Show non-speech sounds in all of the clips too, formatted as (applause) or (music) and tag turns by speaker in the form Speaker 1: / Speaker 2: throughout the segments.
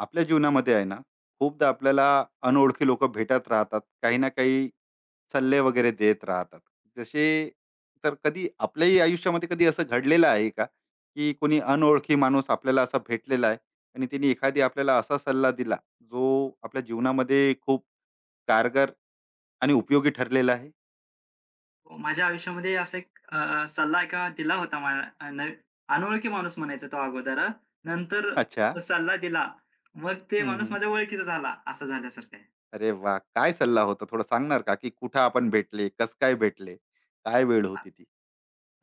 Speaker 1: आपल्या जीवनामध्ये आहे ना, खूपदा आपल्याला अनोळखी लोक भेटत राहतात, काही ना काही सल्ले वगैरे देत राहतात. जसे, तर कधी आपल्याही आयुष्यामध्ये कधी असं घडलेलं आहे का, की कोणी अनोळखी माणूस आपल्याला असा भेटलेला आहे आणि तिने एखादी आपल्याला असा सल्ला दिला, जो आपल्या जीवनामध्ये खूप कारगर आणि उपयोगी ठरलेला आहे.
Speaker 2: हो, माझ्या आयुष्यामध्ये असा एक सल्ला एका दिला होता मला अ, न अनोळखी माणूस म्हणायचा तो अगोदर नंतर
Speaker 1: अच्छा.
Speaker 2: तो सल्ला दिला. मग ते
Speaker 1: हम्म,
Speaker 2: माणूस
Speaker 1: हम्म.
Speaker 2: माझ्या ओळखीचा झाला, असं झाल्यासारखं आहे.
Speaker 1: अरे वा, काय सल्ला होता? थोडं सांगणार का, की कुठं आपण भेटले, कस काय भेटले, काय वेळ होती ती?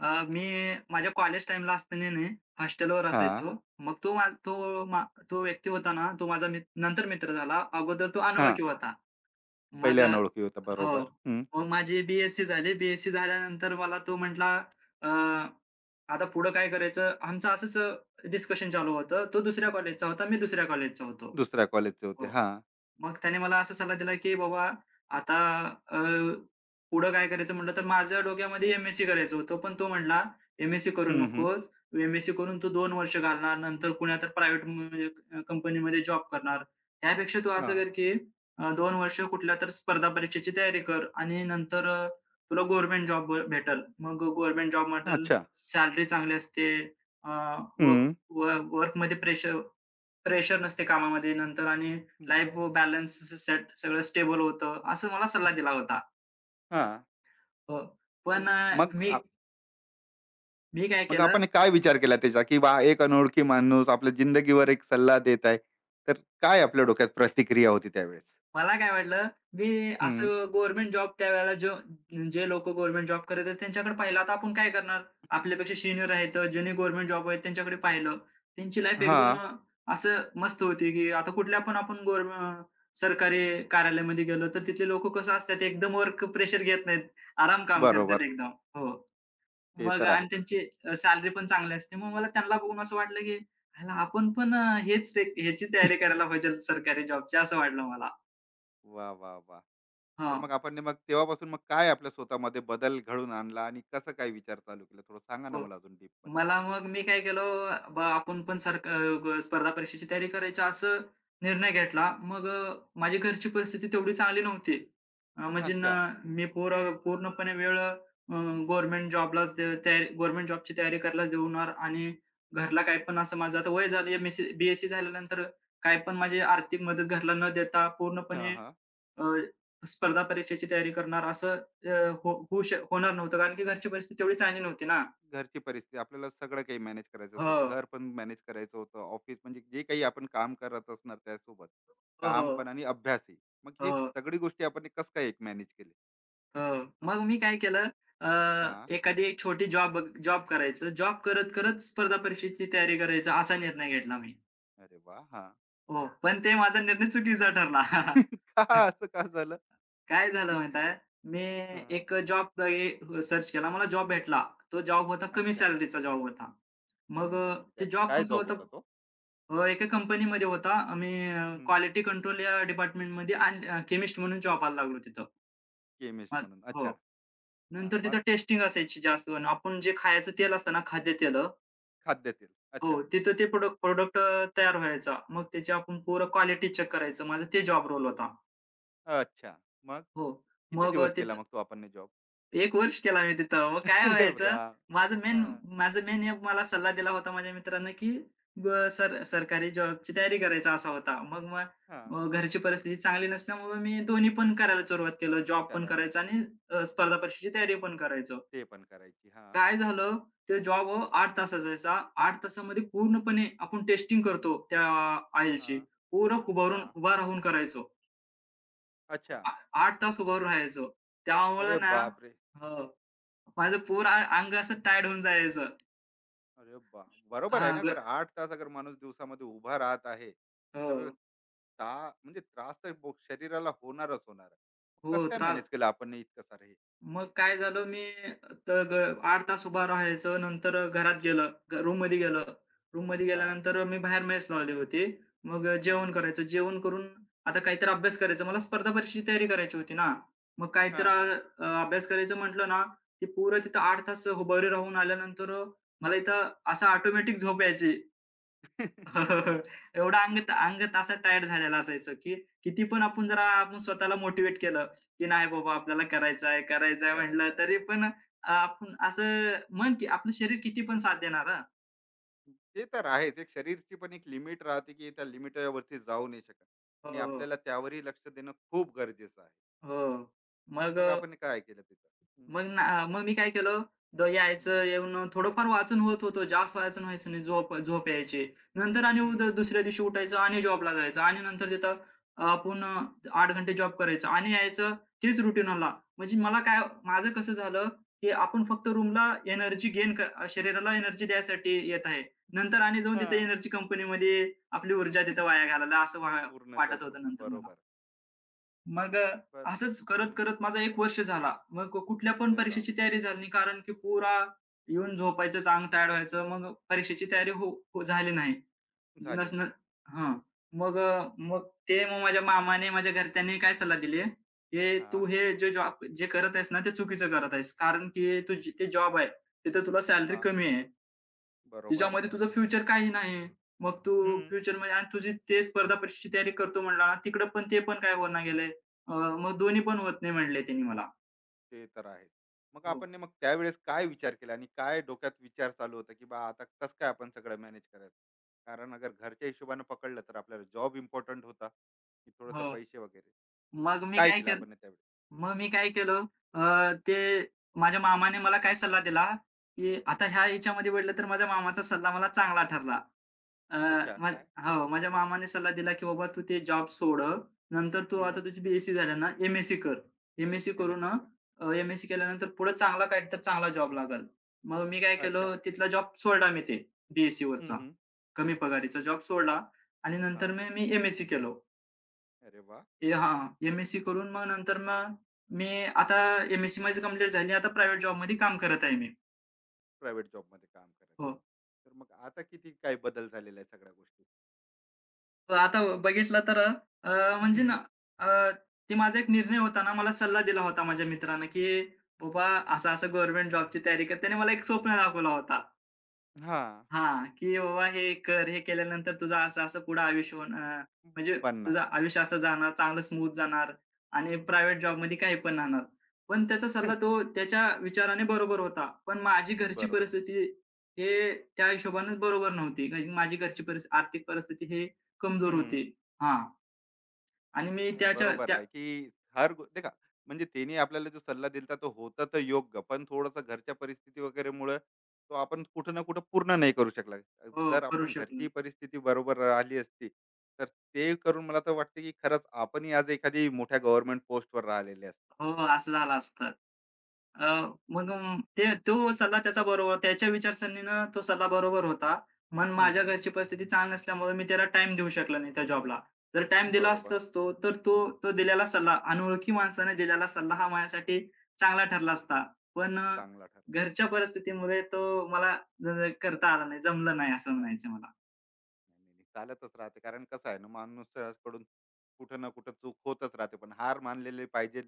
Speaker 2: मी माझ्या कॉलेज टाईमला असताना ना हॉस्टेलवर
Speaker 1: हा.
Speaker 2: असायचो. मग तो व्यक्ती होता ना, तो माझा मित्र नंतर मित्र झाला. अगोदर तो
Speaker 1: हा.
Speaker 2: अनोळखी होता. मग
Speaker 1: पहिल्या अनोळखी होता,
Speaker 2: हो.
Speaker 1: बरोबर. हं.
Speaker 2: मग माझी बी-एससी झाली. बी-एससी झाल्यानंतर मला तो म्हटला, "अ, आता पुढं काय करायचं?" आमचं असंच डिस्कशन चालू होतं. तो दुसऱ्या कॉलेजचा होता, मी दुसऱ्या कॉलेजचा होतो.
Speaker 1: दुसऱ्या कॉलेजचे होते.
Speaker 2: हो.
Speaker 1: हां.
Speaker 2: मग त्याने मला असा सल्ला दिला, की बाबा आता अ, पुढं काय करायचं म्हटलं, तर माझ्या डोक्यामध्ये एम-एस-सी करायचं होतं. पण तो म्हटला, "एम-एस-सी करू
Speaker 1: हं, हं.
Speaker 2: नकोस. एम-एस-सी करून तू 2 वर्ष घालणार. नंतर कुण्या तर प्रायव्हेट म्हणजे कंपनीमध्ये जॉब करणार. त्यापेक्षा तू असं
Speaker 1: हां.
Speaker 2: कर, की 2 वर्ष कुठल्या तर स्पर्धा परीक्षेची तयारी कर आणि नंतर तुला गव्हर्नमेंट जॉब भेटेल. मग गव्हर्नमेंट जॉब भेटेल,
Speaker 1: अच्छा.
Speaker 2: सॅलरी चांगली असते अ,
Speaker 1: हं.
Speaker 2: व वर्कमध्ये प्रेशर प्रेशर नसते कामामध्ये नंतर आणि लाईफ बॅलन्स सेट सगळं स्टेबल होतं, असं मला सल्ला दिला होता.
Speaker 1: हां.
Speaker 2: हो. पण
Speaker 1: तर मग
Speaker 2: मी
Speaker 1: आप
Speaker 2: मी काय
Speaker 1: मग
Speaker 2: केलं,
Speaker 1: आपण काय विचार केला त्याचा, की बा एक अनोळखी माणूस आपल्या जिंदगीवर एक सल्ला देत आहे. तर काय आपल्या डोक्यात प्रतिक्रिया होती त्यावेळेस?
Speaker 2: मला काय वाटलं, मी असं
Speaker 1: हं.
Speaker 2: गव्हर्नमेंट जॉब त्यावेळेला जो जे लोकं गव्हर्नमेंट जॉब करत आहेत त्यांच्याकडे पाहिलं. आता आपण काय करणार? आपल्यापेक्षा सीनियर आहेत, ज्यांनी गव्हर्नमेंट जॉब आहेत त्यांच्याकडे पाहिलं. त्यांची लाईफ एकदम
Speaker 1: हां.
Speaker 2: असं मस्त होती, की आता कुठल्या पण आपण गव्हर्नमेंट सरकारी कार्यालयामध्ये गेलो, तर तिथले लोकं कसं असतात, एकदम वर्क प्रेशर घेत नाहीत. आराम काम करतात
Speaker 1: बरोबर.
Speaker 2: एकदम. हो.
Speaker 1: ते
Speaker 2: मग
Speaker 1: तर आहे.
Speaker 2: आणि त्यांची सॅलरी पण चांगली असते. मग मला त्यांना बघून असं वाटलं, की ह्याला आपण पण हेच ते ह्याची तयारी करायला पाहिजे सरकारी जॉबची असं वाटलं मला.
Speaker 1: वाह, वाह, वाह! तर
Speaker 2: हां.
Speaker 1: मग आपण मग तेव्हापासून मग काय आपल्या स्वतःमध्ये बदल घडवून आणला आणि कसं काय विचार चालू केला? थोडं सांगा ना
Speaker 2: हो.
Speaker 1: मला अजून डीपमध्ये?
Speaker 2: मला मग मी काय केलं, बा आपण पण सारखं स्पर्धा परीक्षेची तयारी करायची असं निर्णय घेतला. मग माझी घरची परिस्थिती तेवढी चांगली नव्हती. म्हणजे ना
Speaker 1: अच्छा.
Speaker 2: मी पूर पूर्णपणे वेळ गव्हर्नमेंट जॉबलाच दे तयारी गव्हर्नमेंट जॉबची तयारी करायलाच देणार आणि घरला काही पण असं माझं आता वय झालं एम-एस-सी, बी-एस-सी झाल्यानंतर काही पण माझी आर्थिक मदत घरला न देता
Speaker 1: हां,
Speaker 2: पूर्णपणे
Speaker 1: हां.
Speaker 2: अ, स्पर्धा परीक्षेची तयारी करणार असं अ, हो होऊ श होणार नव्हतं कारण की घरची परिस्थिती तेवढी चांगली नव्हती ना.
Speaker 1: घरची परिस्थिती आपल्याला सगळं काही मॅनेज करायचं
Speaker 2: हो,
Speaker 1: होतं, घर पण मॅनेज करायचं होतं, ऑफिस म्हणजे जे काही आपण काम करत असणार त्यासोबत
Speaker 2: हो,
Speaker 1: काम
Speaker 2: हो,
Speaker 1: पण आणि अभ्यासही. मग ही
Speaker 2: हो,
Speaker 1: सगळी गोष्टी आपण कस काय एक मॅनेज केली?
Speaker 2: हो. मग मी काय केलं अ,
Speaker 1: हा.
Speaker 2: एखादी एक छोटी जॉब जॉब करायचं. जॉब करत-करत स्पर्धा परीक्षेची तयारी करायचं असा निर्णय घेतला मी.
Speaker 1: अरे वा. हा.
Speaker 2: हो, पण ते माझा निर्णय चुकीचा ठरला.
Speaker 1: (laughs) का,
Speaker 2: (laughs)
Speaker 1: असं का झालं?
Speaker 2: काय झालं माहीत आहे, मी
Speaker 1: हा.
Speaker 2: एक जॉब हे हो, सर्च केला. मला जॉब भेटला. तो जॉब होता कमी
Speaker 1: अच्छा.
Speaker 2: सॅलरीचा जॉब होता. मग
Speaker 1: कमी सॅलरी,
Speaker 2: ते
Speaker 1: अच्छा.
Speaker 2: जॉब
Speaker 1: काय
Speaker 2: कसं
Speaker 1: जॉब होता
Speaker 2: होतं
Speaker 1: तो?
Speaker 2: एका कंपनीमध्ये होता. आम्ही क्वालिटी कंट्रोल या डिपार्टमेंटमध्ये केमिस्ट म्हणून जॉबला लागलो तिथं.
Speaker 1: केमिस्ट
Speaker 2: मग
Speaker 1: म्हणून,
Speaker 2: हो.
Speaker 1: अच्छा. हा,
Speaker 2: नंतर तिथं
Speaker 1: मग
Speaker 2: टेस्टिंग असायची जास्त करून. आपण जे खायचं तेल असतं ना, खाद्यतेलं
Speaker 1: खाद्यतेल,
Speaker 2: हो,
Speaker 1: अच्छा.
Speaker 2: तिथं ते प्रोडक्ट प्रोडक्ट तयार व्हायचा. मग त्याची आपण पूर्ण क्वालिटी चेक करायचं. माझा ते जॉब रोल होता.
Speaker 1: अच्छा, मग
Speaker 2: हो.
Speaker 1: किती
Speaker 2: मग
Speaker 1: दिवस केला
Speaker 2: तिथं
Speaker 1: मग तो आपण जॉब?
Speaker 2: 1 वर्ष केला मी तिथं. मग
Speaker 1: (laughs)
Speaker 2: काय
Speaker 1: अरे
Speaker 2: व्हायचं,
Speaker 1: राम.
Speaker 2: माझं
Speaker 1: हा.
Speaker 2: मेन माझं मेन एक मला सल्ला दिला होता माझ्या मित्रानं, की ब सर सरकारी जॉबची तयारी करायचा असा होता. मग मग
Speaker 1: हा.
Speaker 2: घरची परिस्थिती चांगली नसल्यामुळं मी दोन्ही पण करायला सुरुवात केलं. जॉब पण
Speaker 1: करायला
Speaker 2: करायचा
Speaker 1: सुरू
Speaker 2: आणि
Speaker 1: केलं.
Speaker 2: स्पर्धा परीक्षेची तयारी पण करायचो.
Speaker 1: ते पण करायची, हा.
Speaker 2: काय झालं, ते जॉब 8 तासाचा असायचा. 8 तासामध्ये पूर्णपणे आपण टेस्टिंग करतो त्या
Speaker 1: हा.
Speaker 2: ऑइलची. पूर्ण
Speaker 1: हा.
Speaker 2: उभारून उभा राहून करायचो.
Speaker 1: अच्छा.
Speaker 2: आ 8 तास उभं राहायचो. त्यामुळं
Speaker 1: अरे
Speaker 2: ना
Speaker 1: बापरे!
Speaker 2: हो, माझं पूर्ण अंग असं टायर्ड होऊन जायचं.
Speaker 1: अरे बा, बरोबर आहे
Speaker 2: हां,
Speaker 1: ना, अगर
Speaker 2: ग
Speaker 1: 8 तास अगर माणूस दिवसामध्ये उभा राहत आहे,
Speaker 2: हो,
Speaker 1: तर ता म्हणजे त्रास तर बो शरीराला होणारच होणार आहे. कसं
Speaker 2: हो.
Speaker 1: काय
Speaker 2: त्रास
Speaker 1: मॅनेज केलं आपण हे इतकं सारं हे?
Speaker 2: मग काय झालं मी तर ग 8 तास उभा राहायचं. नंतर घरात गेलं. रूममध्ये गेलं. रूममध्ये
Speaker 1: हां.
Speaker 2: गेल्यानंतर मी बाहेर मेस लावली होती. मग
Speaker 1: हं.
Speaker 2: जेवण करायचं. जेवण करून आता काहीतरी अभ्यास करायचा. मला स्पर्धा परीक्षेची तयारी करायची होती ना. मग काहीतरी
Speaker 1: हां, हां.
Speaker 2: अभ्यास करायचं म्हटलं ना, ते पुरं तिथं
Speaker 1: हं.
Speaker 2: 8 तास उभारी राहून आल्यानंतर मला इथं असं ऑटोमॅटिक झोप यायची.
Speaker 1: हां.
Speaker 2: (laughs)
Speaker 1: (laughs)
Speaker 2: एवढं अंग अंग असं टायर्ड झालेलं असायचं, की किती पण आपण जरा आपण स्वतःला मोटिवेट केलं, की नाही बाबा आपल्याला करायचं आहे, करायचं आहे म्हटलं
Speaker 1: करायचं आहे
Speaker 2: तरी
Speaker 1: का?
Speaker 2: पण आपण असं मन की आपलं शरीर किती पण साथ देणार हां.
Speaker 1: ते तर आहेच. एक शरीरची पण एक लिमिट राहते, की त्या लिमिटवरती जाऊ नाही शकत,
Speaker 2: हो,
Speaker 1: आणि
Speaker 2: हो.
Speaker 1: आपल्याला त्यावरही लक्ष देणं खूप गरजेचं आहे.
Speaker 2: हो. मग
Speaker 1: मग आपण काय केलं तिथं? हं,
Speaker 2: मग ना मग मी काय केलं,
Speaker 1: हं,
Speaker 2: यायचं, येऊन थोडंफार वाचन होत होतं. जास्त वाचन व्हायचं नाही. झोप झोप यायची. नंतर आणि
Speaker 1: हं, हं.
Speaker 2: दुसऱ्या दिवशी उठायचं आणि जॉबला जायचं आणि नंतर तिथं पुन्हा 8 घंटे जॉब करायचं आणि यायचं तेच रुटीनला. म्हणजे मला काय माझं कसं झालं, की आपण फक्त रूमला एनर्जी गेन शरीराला एनर्जी द्यायसाठी येत आहे. नंतर आणि जाऊन तिथे
Speaker 1: हां.
Speaker 2: एनर्जी कंपनीमध्ये आपली ऊर्जा तिथं वाया घालवला असं वा वाटत होतं
Speaker 1: पूर्ण.
Speaker 2: नंतर मला.
Speaker 1: बरोबर.
Speaker 2: मग
Speaker 1: बर.
Speaker 2: असंच
Speaker 1: हम्म.
Speaker 2: करत-करत माझा 1 वर्ष झाला. मग कुठल्या पण
Speaker 1: अरे राम.
Speaker 2: परीक्षेची तयारी झाली नाही. कारण की पुरा येऊन झोपायचंच, अंग टायार्ड व्हायचं. मग परीक्षेची तयारी हो हो झाली नाही.
Speaker 1: झाली
Speaker 2: नस न
Speaker 1: नाही.
Speaker 2: हां. मग मग ते मग माझ्या मामाने, माझ्या घरच्यांनी काय सल्ला दिली आहे, "हे
Speaker 1: हा.
Speaker 2: तू हे जे जॉब जे करत आहेस ना, ते चुकीचं करत आहेस. कारण की तुझी ते जॉब आहे, तिथं तुला सॅलरी
Speaker 1: हा.
Speaker 2: कमी आहे.
Speaker 1: बरोबर.
Speaker 2: तिच्यामध्ये तुझं फ्युचर काही नाही. मग तू
Speaker 1: हम्म.
Speaker 2: फ्युचरमध्ये आणि तुझी ते स्पर्धा परीक्षेची तयारी करतो म्हणला, तिकडं पण ते पण काय होईना गेलंय. मग दोन्ही पण होत नाही म्हणले त्यांनी मला.
Speaker 1: ते तर आहे. मग
Speaker 2: हो,
Speaker 1: आपण ने मग त्यावेळेस काय विचार केला आणि काय डोक्यात विचार चालू होता, की बा आता कसं काय आपण सगळं मॅनेज करायचं? कारण अगर घरच्या हिशोबाने पकडलं तर आपल्याला जॉब इम्पॉर्टंट होता की थोडस
Speaker 2: हो.
Speaker 1: पैसे वगैरे? मग
Speaker 2: मग मी
Speaker 1: काय
Speaker 2: काय
Speaker 1: केलं
Speaker 2: केलं
Speaker 1: आपण ने त्यावेळेस?
Speaker 2: मग मी काय केलं ते माझ्या मामाने मला काय सल्ला दिला, की आता
Speaker 1: हम्म.
Speaker 2: ह्या ह्याच्यामध्ये पडलं तर माझ्या मामाचा सल्ला मला चांगला ठरला. अ,
Speaker 1: अच्छा,
Speaker 2: म
Speaker 1: काय?
Speaker 2: हो, माझ्या मामाने सल्ला दिला, की "बाबा तू ते जॉब सोड. नंतर तू आता
Speaker 1: हम्म.
Speaker 2: तुझी बी-एस-सी झाली ना, एम कर. एम-एस-सी
Speaker 1: एम एस
Speaker 2: करून
Speaker 1: सी का?
Speaker 2: केल्यानंतर पुढे चांगला काहीतरी चांगला जॉब लागल मग मी काय
Speaker 1: अच्छा.
Speaker 2: केलं, तिथला जॉब सोडला मी ते बी वरचा
Speaker 1: हम्म,
Speaker 2: सीवरचा
Speaker 1: हम्म.
Speaker 2: कमी पगारीचा जॉब सोडला आणि
Speaker 1: हा.
Speaker 2: नंतर मग मी एम केलो.
Speaker 1: अरे वा.
Speaker 2: एम करून मग नंतर मग मी आता एम माझी कंप्लीट झाली. आता प्रायव्हेट जॉबमध्ये काम करत आहे मी.
Speaker 1: प्रायव्हेट जॉब मध्ये काम करायचं
Speaker 2: हो.
Speaker 1: आहे. तर मग आता किती काय बदल झालेला आहे सगळ्या गोष्टी?
Speaker 2: तर आता बघितलं तर म्हणजे ना
Speaker 1: हम्म.
Speaker 2: अ, ते माझा एक निर्णय होता ना, मला सल्ला दिला होता माझ्या मित्रानं, की "बाबा, असं-असं गव्हर्नमेंट जॉबची तयारी कर." त्याने मला एक स्वप्न दाखवला होता.
Speaker 1: हा.
Speaker 2: हां, की बाबा हे कर, हे केल्यानंतर तुझं असं-असं पुढं आयुष्य होणार. म्हणजे
Speaker 1: बनणार.
Speaker 2: तुझं आयुष्य असं जाणार, चांगलं स्मूथ जाणार आणि प्रायव्हेट जॉबमध्ये काही पण राहणार. पण त्याचा सल्ला तो त्याच्या विचाराने बरोबर होता. पण माझी घरची
Speaker 1: बरोबर.
Speaker 2: परिस्थिती हे त्या हिशोबानेच बरोबर नव्हती. कारण की माझी घरची परिस्थिती आर्थिक परिस्थिती हे कमजोर
Speaker 1: हं.
Speaker 2: होती. हां. आणि मी
Speaker 1: नाही
Speaker 2: त्याच्या
Speaker 1: बरोबर
Speaker 2: त्या
Speaker 1: आहे, की हर गो देखा, म्हणजे त्यांनी आपल्याला जो सल्ला दिला तो होता तर योग्य, पण थोडासा घरच्या परिस्थिती वगैरेमुळं तो आपण कुठं ना कुठं पूर्ण नाही करू शकला.
Speaker 2: हो,
Speaker 1: जर
Speaker 2: करू
Speaker 1: आपण घरची
Speaker 2: शकलो.
Speaker 1: परिस्थिती बरोबर आली असती, तर ते करून मला तर वाटतं, की खरंच आपणही आज एखादी मोठ्या गव्हर्नमेंट पोस्टवर राहिलेले असते.
Speaker 2: हो, असं झालं असतं. अ, मग ते तो सल्ला त्याचा बरोबर त्याच्या विचारसरणीनं तो सल्ला बरोबर होता. पण
Speaker 1: हं,
Speaker 2: माझ्या
Speaker 1: हं.
Speaker 2: घरची परिस्थिती चांगली नसल्यामुळे मी त्याला टाईम देऊ शकलो नाही त्या जॉबला. जर टाईम दिला
Speaker 1: बरोबर.
Speaker 2: असता असतो, तर तो तो दिलेला सल्ला अनोळखी माणसाने दिलेला सल्ला हा माझ्यासाठी चांगला ठरला असता. पण
Speaker 1: चांगला ठरला.
Speaker 2: घरच्या परिस्थितीमुळे तो मला ज ज- करता आला नाही, जमलं नाही असं म्हणायचं
Speaker 1: करतात.
Speaker 2: मला.
Speaker 1: नाही, नाही, नाही. चालतच राहते. कारण कसं आहे ना, माणसाकडून कुठं ना कुठं चूक होतच राहते. पण हार मानलेली पाहिजे.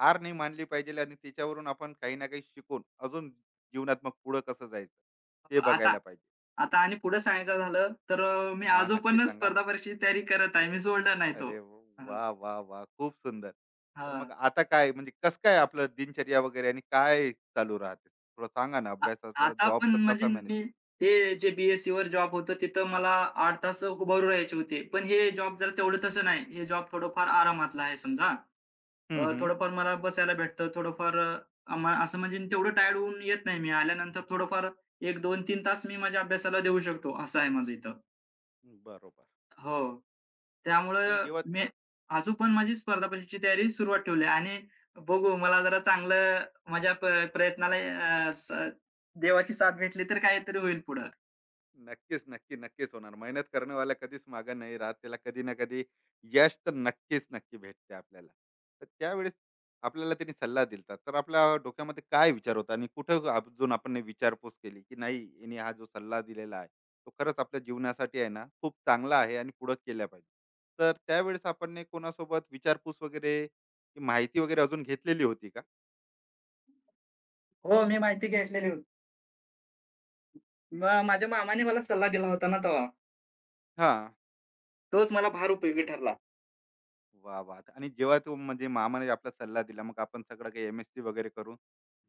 Speaker 1: हार नाही मानली पाहिजे आणि त्याच्यावरून आपण काही ना काही शिकून अजून जीवनात मग पुढं कसं जायचं ते
Speaker 2: आता
Speaker 1: बघायला पाहिजे.
Speaker 2: आता आणि पुढे सांगायचं झालं, तर मी
Speaker 1: हां, नक्की
Speaker 2: आजोपण
Speaker 1: सांगा.
Speaker 2: स्पर्धा परीक्षेची तयारी करत आहे. मी सोडलं नाही तो.
Speaker 1: अरे
Speaker 2: हो.
Speaker 1: वाह! वाह! वाह! खूप सुंदर. तर मग
Speaker 2: हां.
Speaker 1: आता काय म्हणजे कसं काय आपलं दिनचर्या वगैरे आणि काय चालू राहते? थोडं सांगा ना,
Speaker 2: आ
Speaker 1: अभ्यासाचं,
Speaker 2: आता पण
Speaker 1: जॉबचं
Speaker 2: म्हणजे
Speaker 1: कसं मॅनेज?
Speaker 2: मी हे जे बी-एस-सीवर जॉब होतं तिथं मला 8 तास उभं राहायचे होते. पण हे जॉब जरा तेवढं तसं नाही. हे जॉब थोडंफार आरामातला आहे समजा. थोडंफार मला बसायला भेटतं. थोडंफार अ, म असं म्हणजे तेवढं टायर्ड होऊन येत नाही मी. आल्यानंतर थोडंफार 1, 2, 3 तास मी माझ्या अभ्यासाला देऊ शकतो. असं आहे माझं इथं.
Speaker 1: बरोबर.
Speaker 2: हो.
Speaker 1: आणि
Speaker 2: त्यामुळं
Speaker 1: जेव्हा
Speaker 2: मी अजून पण माझी स्पर्धा परीक्षेची तयारी सुरुवात ठेवली आहे आणि बघू मला जरा चांगलं माझ्या प्रयत्नाला अ, स देवाची साथ भेटली तर काहीतरी होईल पुढं.
Speaker 1: नक्कीच, नक्की, नक्कीच होणार. मेहनत करण्यावाला कधीच मागे नाही राहत. त्याला कधी ना कधी यश तर नक्कीच, नक्की भेटते आपल्याला. तर त्यावेळेस आपल्याला त्यांनी सल्ला दिला तर आपल्या डोक्यामध्ये काय विचार होता आणि कुठं अजून आपण नाही विचारपूस केली, की नाही याने हा जो सल्ला दिलेला आहे, तो खरंच आपल्या जीवनासाठी आहे ना, खूप चांगला आहे आणि पुढे केला पाहिजे? तर त्यावेळेस आपण ने कोणासोबत विचारपूस वगैरे, की माहिती वगैरे अजून घेतलेली होती का?
Speaker 2: हो, मी माहिती घेतलेली होती. मग माझ्या मामाने मला सल्ला दिला होता ना तेव्हा,
Speaker 1: हां.
Speaker 2: तोच मला फार उपयोगी ठरला.
Speaker 1: वा वा, आणि जेव्हा तो म्हणजे मामाने आपला सल्ला दिला, मग आपण सगळं काही एम एस सी वगैरे करून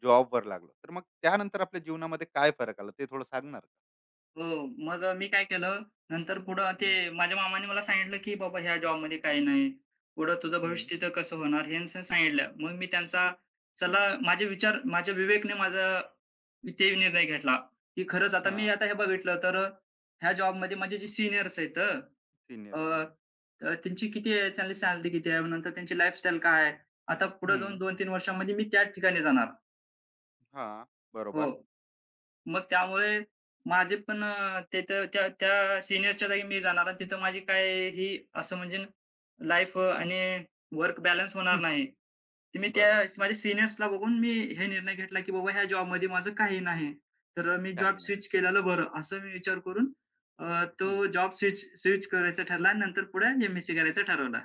Speaker 1: job वर लागलो, तर मग त्यानंतर आपल्या जीवनामध्ये काय फरक आला, ते थोडं सांगणार का?
Speaker 2: हो. मग मी काय केलं, नंतर पुढं ते
Speaker 1: हम्म,
Speaker 2: माझ्या मामाने मला सांगितलं, की "बाबा ह्या जॉबमध्ये काही नाही. पुढं तुझं भविष्य
Speaker 1: हम्म,
Speaker 2: तिथं कसं होणार?" हे असं सांगितलं. मग मी त्यांचा चला माझे विचार माझ्या विवेकने माझा ते निर्णय घेतला, की खरंच आता मी
Speaker 1: हा
Speaker 2: आता हे बघितलं तर ह्या जॉबमध्ये माझे जे सीनियर्स आहेत अ,
Speaker 1: सिनियर.
Speaker 2: अ, त्यांची किती आहे, त्यांची सॅलरी किती आहे, नंतर त्यांची लाईफस्टाईल काय आहे. आता पुढे
Speaker 1: हम्म.
Speaker 2: जाऊन 2-3 वर्षांमध्ये मी त्याच ठिकाणी जाणार.
Speaker 1: हा. बरोबर.
Speaker 2: हो. मग त्यामुळे माझे पण तिथं त्या त्या सीनियरच्या जागी मी जाणार आणि तिथं माझी काय ही असं म्हणजे लाईफ आणि वर्क बॅलन्स होणार
Speaker 1: हम्म,
Speaker 2: नाही. तर मी त्या
Speaker 1: बरोबर.
Speaker 2: माझ्या सीनियर्सला बघून मी हे निर्णय घेतला, की बाबा ह्या जॉबमध्ये माझं काही नाही. तर मी जॉब
Speaker 1: काही.
Speaker 2: स्विच केलेलं बरं असं मी विचार करून तो
Speaker 1: नाही,
Speaker 2: जॉब स्विच स्विच करायचा ठरला आणि नंतर पुढे एम-एस-सी करायचं ठरवलं.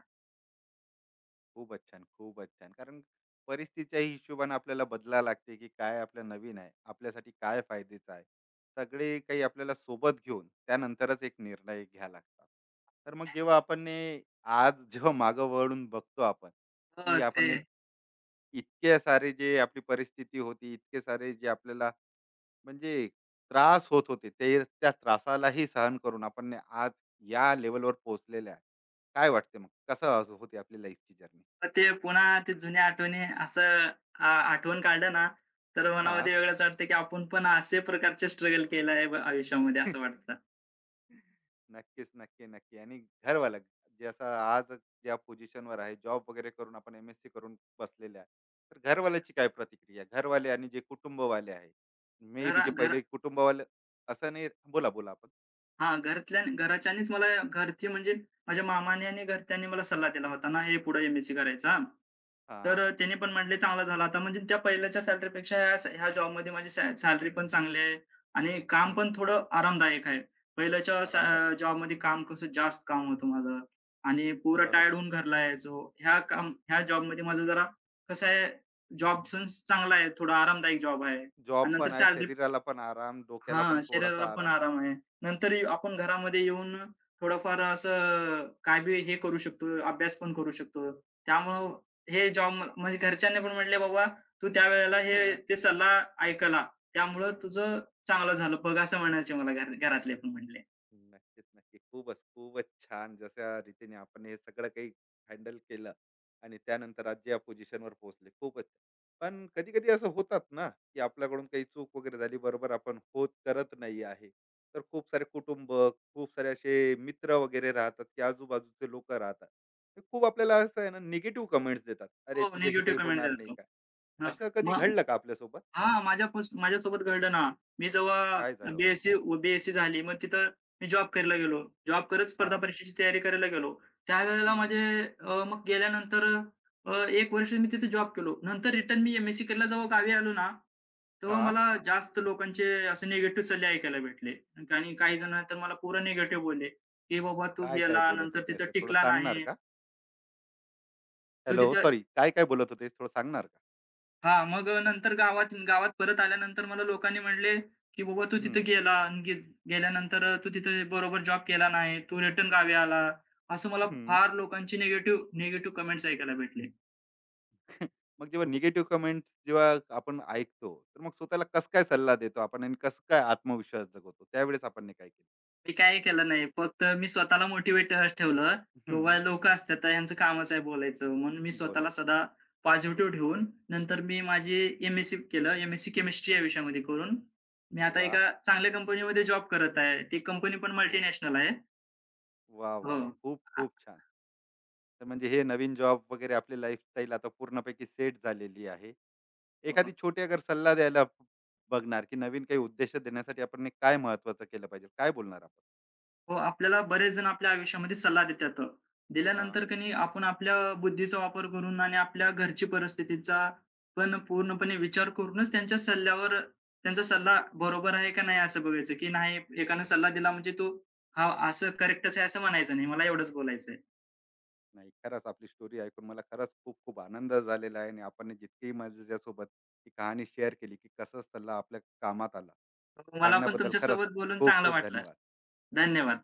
Speaker 1: खूपच छान, खूपच छान. कारण परिस्थितीच्याही हिशोबाने आपल्याला बदलावं लागते, की काय आपल्या नवीन आहे, आपल्यासाठी काय फायद्याचं आहे. सगळे काही आपल्याला सोबत घेऊन त्यानंतरच एक निर्णय घ्या लागतात. तर मग जेव्हा आपण हे आज जेव्हा मागं वळून बघतो आपण,
Speaker 2: हो,
Speaker 1: की
Speaker 2: ते
Speaker 1: आपण एक इतके सारे जे आपली परिस्थिती होती, इतके सारे जे आपल्याला म्हणजे त्रास होत होते, ते त्या त्रासालाही सहन करून आपण ने आज या लेव्हलवर पोहोचलेले आहे. काय वाटते मग? कसं होती आपली लाईफची जर्नी?
Speaker 2: मग ते पुन्हा ते जुन्या आठवणी असं आठवण काढलं ना, तर
Speaker 1: हां.
Speaker 2: मनामध्ये वेगळंच वाटतं, की आपण पण असे प्रकारचे स्ट्रगल केलं आहे आयुष्यामध्ये असं वाटतं.
Speaker 1: नक्कीच, नक्की, नक्की. आणि घरवाला जे आता आज ज्या पोझिशनवर आहे, जॉब वगैरे करून आपण एम-एस-सी करून बसलेले आहे. तर घरवाल्याची काय प्रतिक्रिया? घरवाले आणि जे कुटुंबवाले आहे, मे बी
Speaker 2: घरा
Speaker 1: जे
Speaker 2: घर
Speaker 1: पहिले कुटुंबवाले असं नाही बोला, बोला आपण.
Speaker 2: हां, घरातल्या घराच्यांनीच मला घरचे म्हणजे माझ्या मामाने आणि घरच्यांनी मला सल्ला दिला होता ना, हे पुढे एम-एस-सी करायचं हां.
Speaker 1: हां,
Speaker 2: तर त्याने पण म्हटले चांगला झाला आता म्हणजे त्या पहिल्याच्या सॅलरीपेक्षा ह्या ह्या जॉबमध्ये माझी सॅलरी पण चांगली आहे आणि काम
Speaker 1: हं.
Speaker 2: पण थोडं आरामदायक आहे.
Speaker 1: आरामदायक.
Speaker 2: पहिल्याच्या जॉबमध्ये काम कसं जास्त काम होतं माझं आणि पुरा
Speaker 1: बरोबर.
Speaker 2: टायर्ड होऊन घरला यायचो. ह्या जॉबमध्ये माझं जरा कसं आहे, जॉब चांगला आहे, थोडा आरामदायक जॉब आहे
Speaker 1: जॉब
Speaker 2: आणि नंतर
Speaker 1: पण आहे,
Speaker 2: सॅलरी
Speaker 1: शरीराला पण आराम, डोक्याला पण
Speaker 2: हां, शरीराला
Speaker 1: थोडासा
Speaker 2: पण
Speaker 1: आराम.
Speaker 2: आराम आहे. नंतर ये आपण घरामध्ये येऊन थोडंफार असं काय बी हे करू शकतो, अभ्यास पण करू शकतो. त्यामुळं हे जॉब म्हणजे घरच्यांनी पण म्हटले, "बाबा, तू त्यावेळेला हे ते
Speaker 1: (laughs)
Speaker 2: सल्ला ऐकला, त्यामुळं तुझं चांगलं झालं बघ." असं म्हणायचे मला घरातले पण म्हटले.
Speaker 1: नक्कीच, नक्की. खूपच, खूपच छान. जशा रीतीने आपण हे सगळं काही हँडल केलं आणि त्यानंतर आज जे या पोझिशनवर पोहोचले, खूपच छान. पण कधी-कधी असं होतात ना, की आपल्याकडून काही चूक वगैरे झाली, बरोबर आपण होत करत नाही आहे. तर खूप सारे कुटुंब, खूप सारे असे मित्र वगैरे राहतात, की आजूबाजूचे लोकं राहतात. ते खूप आपल्याला असं आहे ना, निगेटिव्ह कमेंट्स देतात. "अरे,
Speaker 2: हो,
Speaker 1: तुझ्याशी काही
Speaker 2: निगेटिव्ह कमेंट देत
Speaker 1: होणार नाही
Speaker 2: होतो.
Speaker 1: काय?" असं कधी
Speaker 2: मग
Speaker 1: घडलं का आपल्यासोबत?
Speaker 2: हां, माझ्यासोबत घडलं ना. मी जेव्हा
Speaker 1: काय झालं?
Speaker 2: बी-एससी बी-एससी झाली. मग तिथं मी जॉब करायला गेलो. जॉब करत स्पर्धा
Speaker 1: हां,
Speaker 2: परीक्षेची तयारी करायला गेलो. त्यावेळेला
Speaker 1: हं,
Speaker 2: माझे मग गेल्यानंतर 1 वर्ष मी तिथे जॉब केलो. नंतर रिटर्न मी एम करायला जेव्हा गावी आलो ना, तेव्हा
Speaker 1: हां.
Speaker 2: मला जास्त लोकांचे असे निगेटिव्ह सल्ले ऐकायला भेटले. आणि काही जण तर मला पूर्ण निगेटिव्ह बोलले, की "बाबा तू
Speaker 1: काय-काय
Speaker 2: गेला,
Speaker 1: बोलत
Speaker 2: नंतर
Speaker 1: होते,
Speaker 2: तिथं
Speaker 1: असं थोडं
Speaker 2: टिकला
Speaker 1: सांगणार
Speaker 2: नाही.
Speaker 1: का?
Speaker 2: तू
Speaker 1: हॅलो,
Speaker 2: तिथं
Speaker 1: सॉरी, काय-काय बोलत होते थोडं सांगणार का?
Speaker 2: हां, मग नंतर गावात गावात परत आल्यानंतर मला लोकांनी म्हटले, की "बाबा तू तिथे
Speaker 1: हं,
Speaker 2: गेला आणि गेल्यानंतर तू तिथे बरोबर जॉब केला नाही. तू रिटर्न गावी आला." असं मला
Speaker 1: हं.
Speaker 2: फार लोकांची निगेटिव्ह निगेटिव्ह कमेंट्स ऐकायला भेटले.
Speaker 1: (laughs) मग जेव्हा
Speaker 2: हो.
Speaker 1: निगेटिव्ह कमेंट जेव्हा आपण ऐकतो, तर मग स्वतःला कसं काय सल्ला देतो आपण आणि कसं काय आत्मविश्वास जगवतो? त्यावेळेस आपण ने काय केलं?
Speaker 2: मी काही केलं नाही. फक्त मी स्वतःला मोटिव्हेट ठेवलं, की
Speaker 1: हं,
Speaker 2: बाबा लोकं असतात तर कामच आहे बोलायचं. म्हणून मी स्वतःला
Speaker 1: बोलायचं.
Speaker 2: सदा पॉझिटिव्ह ठेवून नंतर मी माझी एम-एस-सी केलं. एम-एस-सी केमिस्ट्री या विषयामध्ये करून मी आता
Speaker 1: वा,
Speaker 2: एका चांगल्या कंपनीमध्ये जॉब करत आहे. ती कंपनी पण
Speaker 1: खूपच
Speaker 2: मल्टीनॅशनल
Speaker 1: छान.
Speaker 2: आहे.
Speaker 1: वाह,
Speaker 2: हो.
Speaker 1: वाह, वाह! खूप,
Speaker 2: आ
Speaker 1: खूप छान. तर म्हणजे हे नवीन जॉब वगैरे आपली लाईफस्टाईल आता पूर्णपैकी सेट झालेली आहे.
Speaker 2: अ,
Speaker 1: एखादी छोटी अगर सल्ला द्यायला बघणार, की नवीन काही उद्देश देण्यासाठी आपण ने काय महत्त्वाचं केलं पाहिजे? काय बोलणार आपण?
Speaker 2: हो, आपल्याला बरेच जण आपल्या आयुष्यामध्ये सल्ला देतात. दिल्यानंतर की नाही आपण आपल्या बुद्धीचा वापर करून आणि आपल्या घरची परिस्थितीचा पण पूर्णपणे विचार करूनच त्यांच्या सल्ल्यावर त्यांचा सल्ला बरोबर आहे का नाही असं बघायचं, की नाही एकानं सल्ला दिला म्हणजे तो हा असं करेक्टच आहे असं म्हणायचं नाही. मला एवढंच बोलायचंय.
Speaker 1: नाही, खरंच आपली स्टोरी ऐकून मला खरंच खूप खूप आनंद झालेला आहे आणि आपण जितकी माझ्यासोबत ही कहाणी शेअर केली की कसं सल्ला आपल्या कामात आला
Speaker 2: मला पण
Speaker 1: सांगण्याबद्दल खरंच
Speaker 2: तुमच्यासोबत बोलून
Speaker 1: खूप
Speaker 2: चांगलं
Speaker 1: खूप
Speaker 2: वाटलं.
Speaker 1: धन्यवाद.
Speaker 2: धन्यवाद.